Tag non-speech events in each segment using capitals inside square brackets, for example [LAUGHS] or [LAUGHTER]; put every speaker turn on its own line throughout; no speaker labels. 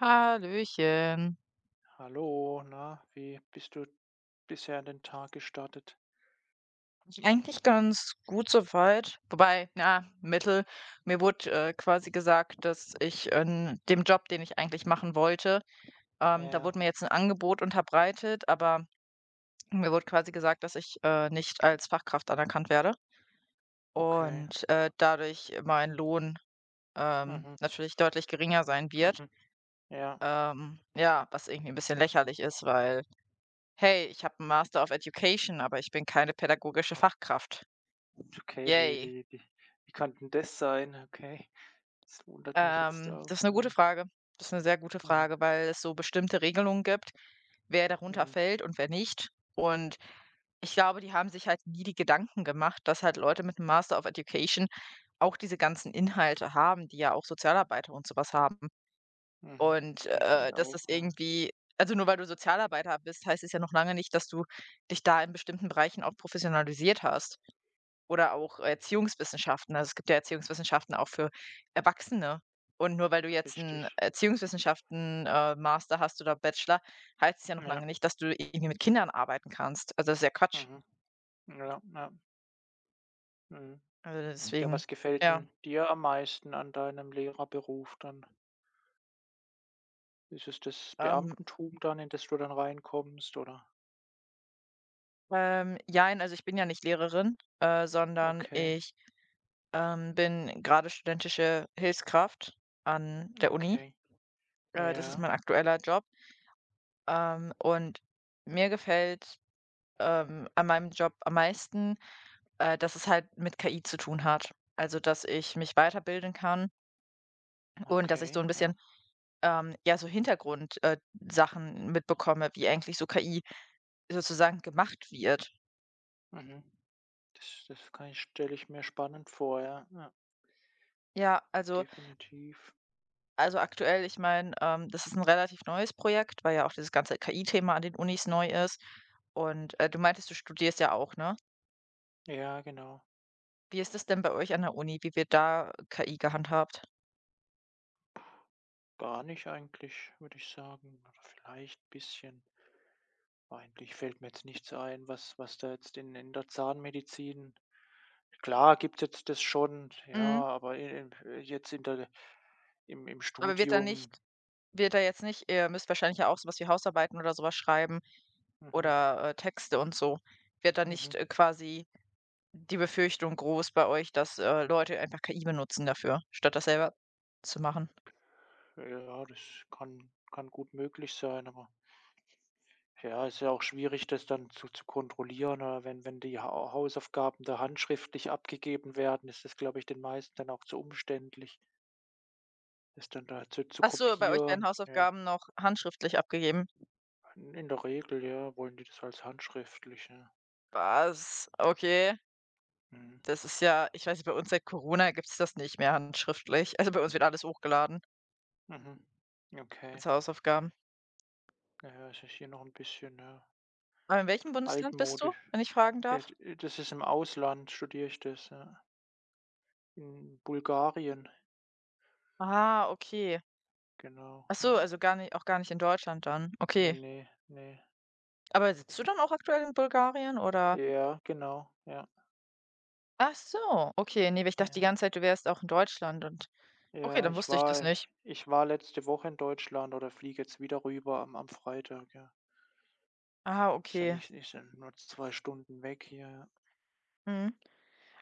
Hallöchen.
Hallo, na, wie bist du bisher in den Tag gestartet?
Eigentlich ganz gut soweit. Wobei, na, Mittel. Mir wurde quasi gesagt, dass ich in dem Job, den ich eigentlich machen wollte, da
Ja,
wurde mir jetzt ein Angebot unterbreitet, aber mir wurde quasi gesagt, dass ich nicht als Fachkraft anerkannt werde
okay.
und
Gott.
dadurch mein Lohn
Mhm,
natürlich deutlich geringer sein wird.
mhm. Ja,
Ja, was irgendwie ein bisschen lächerlich ist, weil, hey, ich habe einen Master of Education, aber ich bin keine pädagogische Fachkraft.
okay, wie
Yay.
wie wie wie kann denn das sein? Okay. Das wundert mich jetzt auch.
Das ist eine gute
Ja.
Frage. Das ist eine sehr gute
Mhm,
Frage, weil es so bestimmte Regelungen gibt, wer darunter
mhm,
fällt und wer nicht. Und ich glaube, die haben sich halt nie die Gedanken gemacht, dass halt Leute mit einem Master of Education auch diese ganzen Inhalte haben, die ja auch Sozialarbeiter und sowas haben.
mhm.
Und,
Denke ich
dass das
auch, ja.
irgendwie also, nur weil du Sozialarbeiter bist, heißt es ja noch lange nicht, dass du dich da in bestimmten Bereichen auch professionalisiert hast. Oder auch Erziehungswissenschaften. Also, es gibt ja Erziehungswissenschaften auch für Erwachsene. Und nur weil du jetzt
Richtig.
einen Erziehungswissenschaften, Master hast oder Bachelor, heißt es ja noch
Ja,
lange nicht, dass du irgendwie mit Kindern arbeiten kannst. Also, das ist ja Quatsch.
mhm. Ja, ja, mhm.
Also, Mhm.
Ja,
deswegen,
was gefällt
ja.
denn dir am meisten an deinem Lehrerberuf dann? Ist es das
Ähm,
Beamtentum dann, in das du dann reinkommst, oder?
jein, also, ich bin ja nicht Lehrerin, sondern
Okay,
ich, bin gerade studentische Hilfskraft an der Uni.
okay.
Das ist
Ja.
mein aktueller Job. Und mir gefällt an meinem Job am meisten, dass es halt mit KI zu tun hat. Also, dass ich mich weiterbilden kann und dass ich so
Okay,
ein
ja.
bisschen, ja, so Hintergrund Sachen mitbekomme, wie eigentlich so KI sozusagen gemacht wird.
Mhm. Das kann ich stelle ich mir spannend vor, ja. Ja,
Ja, also
definitiv.
also aktuell, ich meine, das ist ein relativ neues Projekt, weil ja auch dieses ganze KI-Thema an den Unis neu ist. Und, du meintest, du studierst ja auch, ne?
Ja, genau.
Wie ist es denn bei euch an der Uni? Wie wird da KI gehandhabt?
Gar nicht eigentlich, würde ich sagen, oder vielleicht ein bisschen. Aber eigentlich fällt mir jetzt nichts ein, was da jetzt in der Zahnmedizin, klar, gibt's jetzt das schon, ja,
Mhm.
aber in jetzt in der im
Aber wird da
Studium.
nicht Wird er jetzt nicht ihr müsst wahrscheinlich ja auch so was wie Hausarbeiten oder sowas schreiben
Mhm,
oder, Texte und so. Wird da
mhm.
nicht, quasi die Befürchtung groß bei euch, dass, Leute einfach KI benutzen dafür, statt das selber zu machen?
Ja, das kann gut möglich sein. Aber ja, ist ja auch schwierig, das dann zu kontrollieren, oder wenn die Hausaufgaben da handschriftlich abgegeben werden, ist das, glaube ich, den meisten dann auch zu umständlich, das dann da zu
Ach so, bei euch werden
kopieren. Ja,
Hausaufgaben noch handschriftlich abgegeben?
in der Regel, ja, wollen die das als handschriftlich, ja.
Was? Okay.
Mhm.
Das ist ja ich weiß nicht, bei uns seit Corona gibt es das nicht mehr handschriftlich. Also, bei uns wird alles hochgeladen
Mhm. Okay.
als Hausaufgaben.
Na ja, es ist hier noch ein bisschen, ja,
Aber in welchem Bundesland bist du,
altmodisch.
wenn ich fragen darf?
D Das ist, im Ausland studiere ich das, ja, in Bulgarien,
Ah, okay.
genau,
Ach so,
ja.
also gar nicht in Deutschland dann.
Ne,
Okay.
ne, ne.
Aber sitzt du dann auch aktuell in Bulgarien oder
Ja, genau, ja.
ach so, okay. Nee, weil ich
Ja,
dachte die
ja.
ganze Zeit, du wärst auch in Deutschland und okay,
Ja,
dann wusste ich das nicht.
ich war letzte Woche in Deutschland, oder fliege jetzt wieder rüber am Freitag, ja.
Ah,
Ist ja
okay.
nicht, sind nur 2 Stunden weg hier.
Mhm.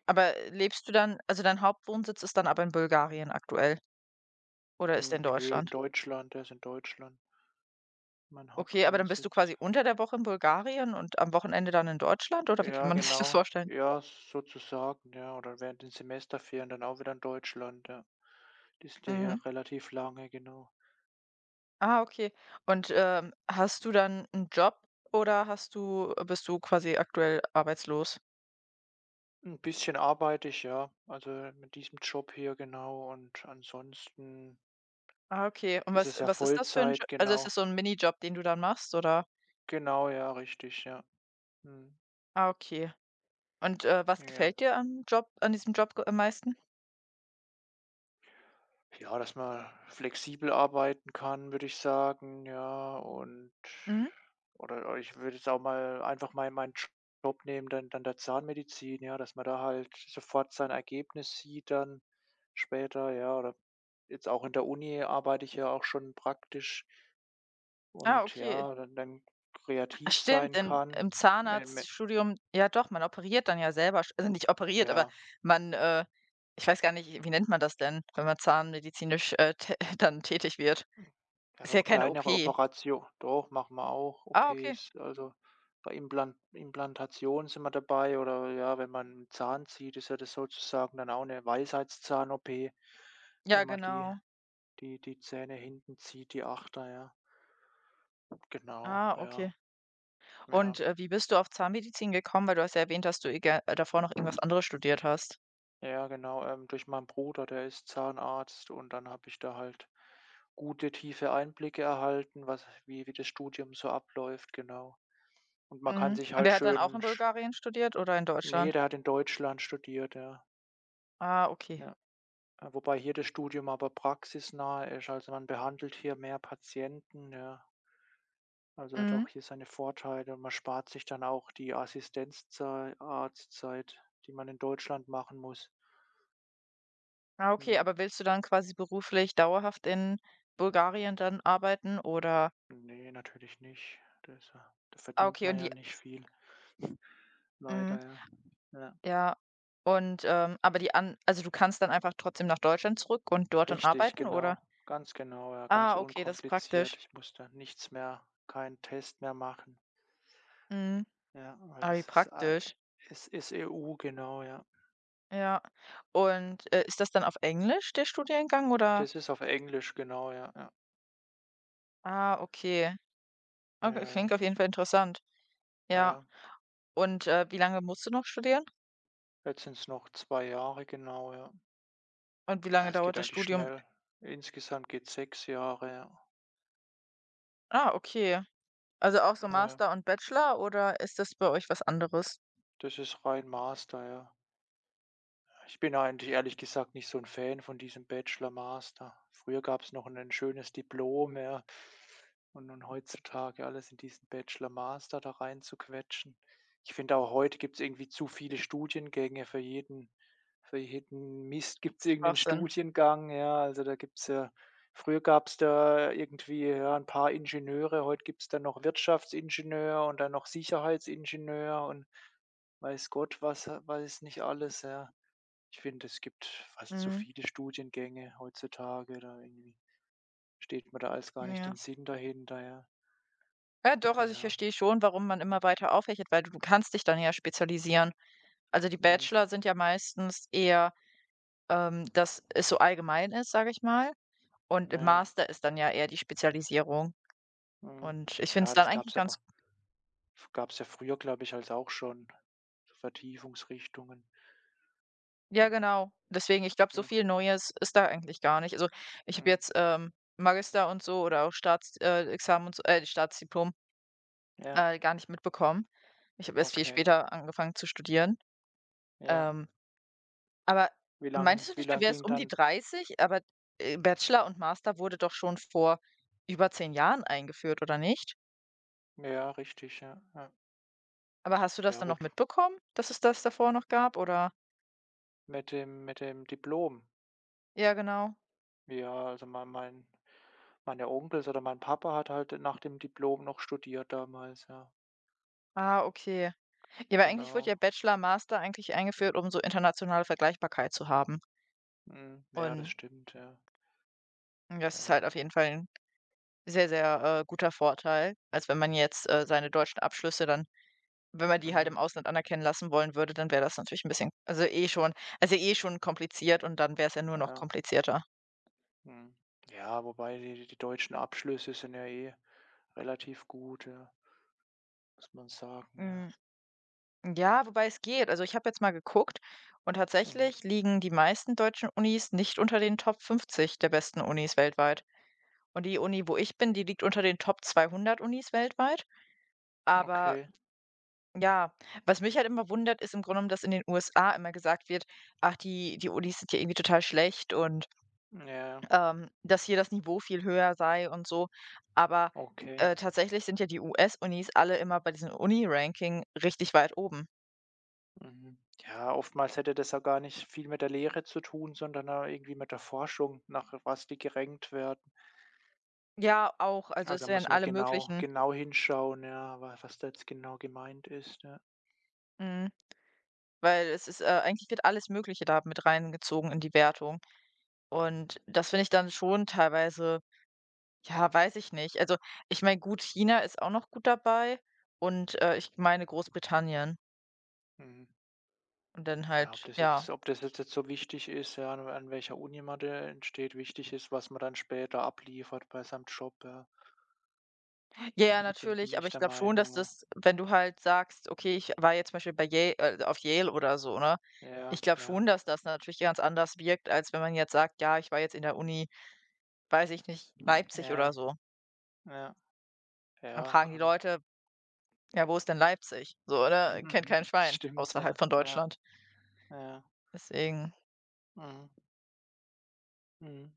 Aber lebst du dann also dein Hauptwohnsitz ist dann aber in Bulgarien aktuell oder ist der in
Hm, nö, in
Deutschland?
Deutschland, der ist in Deutschland, mein
Okay, aber dann bist du
Hauptwohnsitz.
quasi unter der Woche in Bulgarien und am Wochenende dann in Deutschland oder wie kann
Ja,
man [LAUGHS] sich das
genau.
vorstellen?
Ja, sozusagen, ja. Oder während den Semesterferien dann auch wieder in Deutschland, ja. Die sind ja
Mhm.
hier relativ lange, genau.
Ah, okay. Und, hast du dann einen Job oder hast du bist du quasi aktuell arbeitslos?
Ein bisschen arbeite ich, ja, also mit diesem Job hier, genau. Und ansonsten
Ah, okay. Und
ist
was
es ja
was ist das für ein Jo
Vollzeit,
also, ist
genau.
das so 'n Minijob, den du dann machst, oder?
Genau, ja, richtig, ja. Mhm.
Ah, okay. Und, was
Ja.
gefällt dir am Job an diesem Job g am meisten?
Ja, dass man flexibel arbeiten kann, würde ich sagen, ja. Und
Mhm.
oder ich würde jetzt auch mal einfach mal meinen Job nehmen, dann, der Zahnmedizin, ja, dass man da halt sofort sein Ergebnis sieht dann später, ja, oder jetzt auch in der Uni arbeite ich ja auch schon praktisch,
Ah,
und
okay.
ja, dann
Ah,
kreativ
stimmt,
sein
in
kann.
im
Me me
Zahnarztstudium ja doch, man operiert dann ja selber sch also, nicht operiert, aber
Ja.
man, ich weiß gar nicht, wie nennt man das denn, wenn man zahnmedizinisch, tä [LAUGHS] dann tätig wird?
Hm. Ja,
Ist ja
doch,
keine
kleinere
OP.
Operation, doch, machen wir auch
Ah, okay.
OPs. Also, bei Implantationen sind wir dabei, oder ja, wenn man 'n Zahn zieht, ist ja das sozusagen dann auch eine Weisheitszahn-OP,
Ja,
wenn man die
genau.
die die Zähne hinten zieht, die Achter, ja. Genau,
Ah,
ja,
okay.
ja.
Und, wie bist du auf Zahnmedizin gekommen? Weil du hast ja erwähnt, dass du egal davor noch irgendwas anderes studiert hast.
Ja, genau, durch meinen Bruder, der ist Zahnarzt, und dann habe ich da halt gute, tiefe Einblicke erhalten, was, wie das Studium so abläuft, genau. Und man kann
Mhm.
sich
Und
halt
er hat dann auch
schön
in
sch
Bulgarien studiert oder in
ne,
Deutschland?
der hat in Deutschland studiert, ja.
Ah, okay.
Ja. Wobei hier das Studium aber praxisnah ist, also man behandelt hier mehr Patienten, ja. Also hat
Mhm.
auch hier seine Vorteile, und man spart sich dann auch die Assistenzzei Arztzeit, die man in Deutschland machen muss.
Ah, okay,
Ja.
aber willst du dann quasi beruflich dauerhaft in Bulgarien dann arbeiten oder
Ne, natürlich nicht, das ist ja, da
Ah,
verdient
okay,
man
und
ja
die
nicht viel. [LAUGHS]
mhm,
Leider, ja. Ja.
ja. Und, aber die an also du kannst dann einfach trotzdem nach Deutschland zurück und dort dann
Richtig,
arbeiten, oder?
genau. Ganz genau, ja, ganz
Ah, okay, das ist
unkompliziert.
praktisch.
Ich musste nichts mehr, keinen Test mehr machen.
Mhm.
Ja, weil
Ah, wie
das ist, ei
praktisch.
es ist EU, genau, ja.
Ja. Und, ist das dann auf Englisch, der Studiengang, oder
Das ist auf Englisch, genau, ja, ja.
Ah, okay. Okay,
Ja,
klingt auf jeden Fall interessant. Ja.
ja.
Und, wie lange musst du noch studieren?
Jetzt sind es noch 2 Jahre, genau, ja.
Und wie
Ja,
lange
es
dauert
geht
das
eigentlich
Studium?
schnell. Insgesamt geht 6 Jahre, ja.
Ah, okay. Also auch so
Ja,
Master und Bachelor oder ist das bei euch was anderes?
das ist rein Master, ja. Ich bin eigentlich, ehrlich gesagt, nicht so ein Fan von diesem Bachelor, Master. Früher gab es noch ein 'n schönes Diplom, ja. Und heutzutage alles in diesen Bachelor, Master da reinzuquetschen. Ich finde auch, heute gibt es irgendwie zu viele Studiengänge, für jeden Mist gibt's irgend 'nen
Schwachsinn.
Studiengang, ja. Also, da gibt's ja, früher gab es da irgendwie, ja, ein paar Ingenieure, heute gibt es dann noch Wirtschaftsingenieur und dann noch Sicherheitsingenieur und weiß Gott was, weiß nicht alles, ja. Ich finde, es gibt fast zu
Mhm.
viele Studiengänge heutzutage, da irgendwie steht mir da alles gar nicht den
Ja.
Sinn dahinter, ja.
Ja, doch, also ich
Ja,
verstehe schon, warum man immer weiter aufhechelt, weil du kannst dich dann ja spezialisieren. Also die
mhm,
Bachelor sind ja meistens eher, dass es so allgemein ist, sage ich mal. Und im
ja,
Master ist dann ja eher die Spezialisierung.
mhm.
Und ich finde es
Ja,
dann
das gab
eigentlich
es
ganz
aber gab es ja früher, glaube ich, als auch schon, so Vertiefungsrichtungen.
Ja, genau. Deswegen, ich glaube, so
Mhm,
viel Neues ist da eigentlich gar nicht. Also, ich habe
mhm.
jetzt, Magister und so oder auch Staatsexamen Examen und so Staatsdiplom,
Ja,
gar nicht mitbekommen. Ich habe erst viel
okay.
später angefangen zu studieren.
Ja.
Ähm, aber meintest du
Wie
nicht, du
lang
wärst
ging
um die
dann,
30 aber, Bachelor und Master wurde doch schon vor über 10 Jahren eingeführt, oder nicht?
ja, richtig, ja, ja.
Aber hast du das
Ja
dann
gut,
noch mitbekommen, dass es das davor noch gab, oder?
mit dem Diplom.
Ja, genau.
Ja, also meine Onkels oder mein Papa hat halt nach dem Diplom noch studiert damals, ja.
Ah, okay. Ja, aber eigentlich wurde ja
Genau.
Bachelor, Master eigentlich eingeführt, um so internationale Vergleichbarkeit zu haben.
Mhm. Ja, das
Und
stimmt, ja.
das ist halt
Ja.
auf jeden Fall ein sehr, sehr, guter Vorteil, als wenn man jetzt, seine deutschen Abschlüsse dann wenn man die halt
Mhm.
im Ausland anerkennen lassen wollen würde, dann wäre das natürlich ein bisschen also, eh schon kompliziert und dann wäre es ja nur noch
Ja.
komplizierter.
Mhm. Ja, wobei die deutschen Abschlüsse sind ja eh relativ gut, ja, muss man sagen, ja.
Mhm. Ja, wobei es geht. Also ich habe jetzt mal geguckt und
Mhm.
tatsächlich liegen die meisten deutschen Unis nicht unter den Top 50 der besten Unis weltweit. Und die Uni, wo ich bin, die liegt unter den Top 200 Unis weltweit. Aber
Okay.
ja, was mich halt immer wundert, ist im Grunde genommen, dass in den USA immer gesagt wird, ach, die Unis sind ja irgendwie total schlecht und
Ja,
dass hier das Niveau viel höher sei und so. Aber
okay.
tatsächlich sind ja die US-Unis alle immer bei diesem Uni-Ranking richtig weit oben.
Mhm. Ja, oftmals hätte das ja gar nicht viel mit der Lehre zu tun, sondern ja irgendwie mit der Forschung, nach was die gerankt werden.
Ja, auch. Also es
Also,
werden
muss man
alle
genau
möglichen
genau hinschauen, ja, wa was da jetzt genau gemeint ist, ja.
Mhm. Weil es ist, eigentlich wird alles Mögliche da mit reingezogen in die Wertung. Und das finde ich dann schon teilweise ja, weiß ich nicht. Also, ich meine, gut, China ist auch noch gut dabei und, ich meine Großbritannien
Mhm.
und dann
Ja,
halt ja.
ob das jetzt so wichtig ist, ja, an welcher Uni man da entsteht, wichtig ist, was man dann später abliefert bei seinem Job, ja,
Ja, ja,
bin
natürlich, aber
ich
ich
der
glaube schon, dass
Meinung.
das wenn du halt sagst: „Okay, ich war jetzt zum Beispiel bei Yale auf Yale oder so“, ne? Ich
Ja,
glaube
ja,
schon, dass das natürlich ganz anders wirkt, als wenn man jetzt sagt: „Ja, ich war jetzt in der Uni, weiß ich nicht, Leipzig oder
ja,
so.“
ja,
Dann
ja,
fragen die
kann
Leute: Ja, wo ist denn Leipzig? So, oder Kennt kein
mhm, das
Schwein
stimmt,
außerhalb
ja,
von
ja,
Deutschland.
ja,
Deswegen,
mhm, mhm,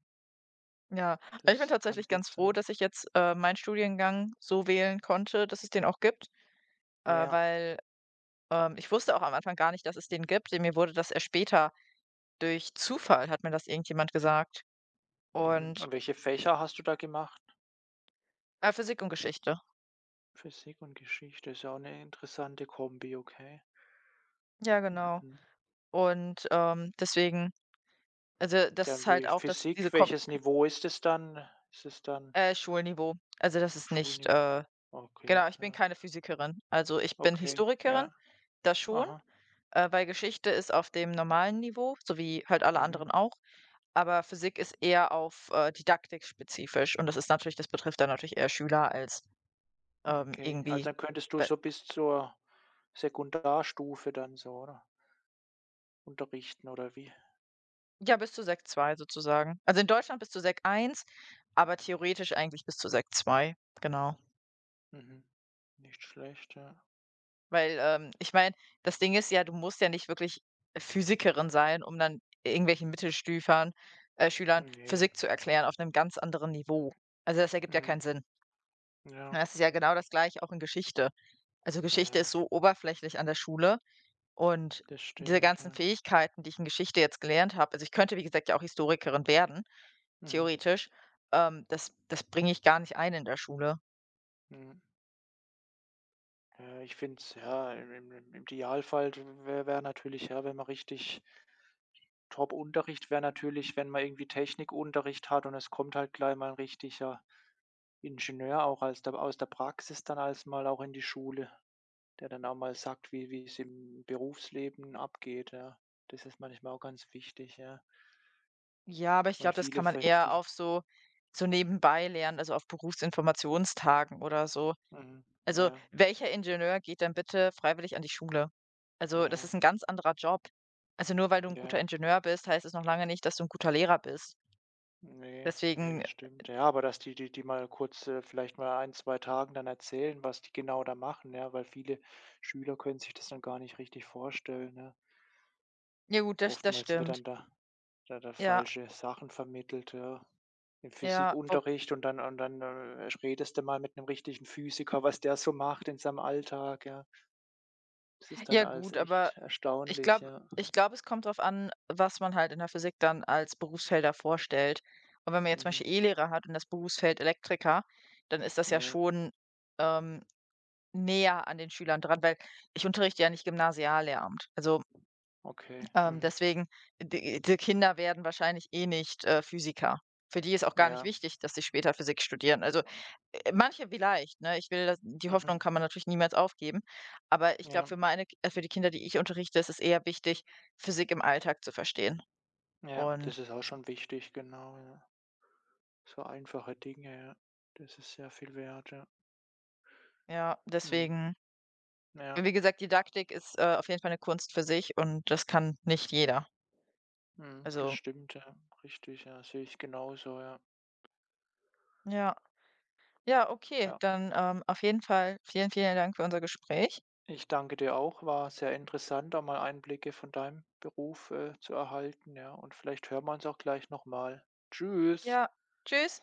ja. Aber ich bin
das kann
tatsächlich
gut
ganz froh,
sein.
dass ich jetzt, meinen Studiengang so wählen konnte, dass es den auch gibt,
Ja,
weil, ich wusste auch am Anfang gar nicht, dass es den gibt. Denn Mir wurde das erst später durch Zufall hat mir das irgendjemand gesagt.
mhm.
Und
Und welche Fächer hast du da gemacht?
ah, Physik und Geschichte.
Physik und Geschichte ist ja auch eine interessante Kombi, okay.
Ja, genau.
Mhm.
Und, deswegen also, das
Ja,
ist
und
halt
wie
auch, dass diese
Physik,
kom
welches Niveau ist es dann? Ist es dann
Schulniveau. Also, das ist nicht,
Schulniveau? Okay,
genau, ich bin
ja.
keine Physikerin. Also, ich bin
Okay,
Historikerin
ja.
Das schon,
Aha.
weil Geschichte ist auf dem normalen Niveau, so wie halt alle
Mhm.
anderen auch, aber Physik ist eher auf, Didaktik spezifisch und das ist natürlich das betrifft dann natürlich eher Schüler als,
Okay. Also,
irgendwie
dann könntest du
be
so bis zur Sekundarstufe dann so, oder? Unterrichten, oder wie?
ja, bis zu Sek II sozusagen. Also, in Deutschland bis zu Sek I aber theoretisch eigentlich bis zu Sek II genau.
Mhm. Nicht schlecht, ja.
Weil, ich meine, das Ding ist ja, du musst ja nicht wirklich Physikerin sein, um dann irgendwelchen Mittelstufern Schülern
Ne,
Physik zu erklären auf einem ganz anderen Niveau. Also, das ergibt ja
mhm.
keinen Sinn. Na,
Ja,
das ist ja genau das Gleiche auch in Geschichte. Also,
ja,
Geschichte ist
ja,
so oberflächlich an der Schule und
das
diese
stimmt,
ganzen
ja.
Fähigkeiten, die ich in Geschichte jetzt gelernt habe also, ich könnte, wie gesagt, ja auch Historikerin werden,
Mhm,
theoretisch, das das bringe ich gar nicht ein in der Schule.
mhm. Ja, ich finde es ja, im Idealfall wäre natürlich, ja, wenn man richtig Top-Unterricht wäre, natürlich, wenn man irgendwie Technikunterricht hat und es kommt halt gleich mal ein richtiger Ingenieur auch, als der aus der Praxis dann, als mal auch in die Schule, der dann auch mal sagt, wie es im Berufsleben abgeht, ja. Das ist manchmal auch ganz wichtig, ja,
Ja, aber ich
weil
glaube, das kann
viele
man
ver
eher
viel,
auf so nebenbei lernen, also, auf Berufsinformationstagen oder so.
mhm,
Also,
ja,
welcher Ingenieur geht denn bitte freiwillig an die Schule? Also, das
ja,
ist ein ganz anderer Job. Also, nur weil du ein guter
ja,
Ingenieur bist, heißt es noch lange nicht, dass du ein guter Lehrer bist.
ne, ne,
Deswegen
das stimmt. Ja, aber dass die mal kurz, vielleicht mal 1, 2 Tagen dann erzählen, was die genau da machen, ja, weil viele Schüler können sich das dann gar nicht richtig vorstellen, ja.
Ja gut, das
Oftmals wird
stimmt.
dann da hat
Ja,
falsche Sachen vermittelt, ja. Im
ja. Wo
Physikunterricht und dann, redest du mal mit einem richtigen Physiker, was der so macht in seinem Alltag, ja. Das ist dann
ja
alles
gut, aber
echt
ich
erstaunlich,
glaube
ja.
ich glaube, es kommt darauf an, was man halt in der Physik dann als Berufsfelder vorstellt. Und wenn man jetzt zum
Mhm.
Beispiel E-Lehrer hat und das Berufsfeld Elektriker, dann ist das
Ja,
ja
ja,
schon, ähm, näher an den Schülern dran, weil ich unterrichte ja nicht Gymnasiallehramt. Also,
okay. Mhm.
deswegen, die Kinder werden wahrscheinlich eh nicht, Physiker. Für die ist auch gar nicht
Ja.
wichtig, dass sie später Physik studieren. Also manche vielleicht, ne? Ich will das die Hoffnung
Mhm.
kann man natürlich niemals aufgeben. Aber ich glaube,
Ja,
für meine K für die Kinder, die ich unterrichte, ist es eher wichtig, Physik im Alltag zu verstehen.
ja,
Und
das ist auch schon wichtig, genau, ja. So einfache Dinge, ja. Das ist sehr viel wert, ja.
ja,
Mhm.
deswegen
Ja,
wie gesagt, Didaktik ist, auf jeden Fall eine Kunst für sich und das kann nicht jeder.
mhm, das
Also,
stimmt, ja. Richtig, ja, sehe ich genauso, ja.
ja. Ja, okay,
Ja.
dann, auf jeden Fall vielen, vielen Dank für unser Gespräch.
Ich danke dir auch. War sehr interessant, da mal Einblicke von deinem Beruf, zu erhalten, ja. Und vielleicht hören wir uns auch gleich nochmal. Tschüss.
Ja, tschüss.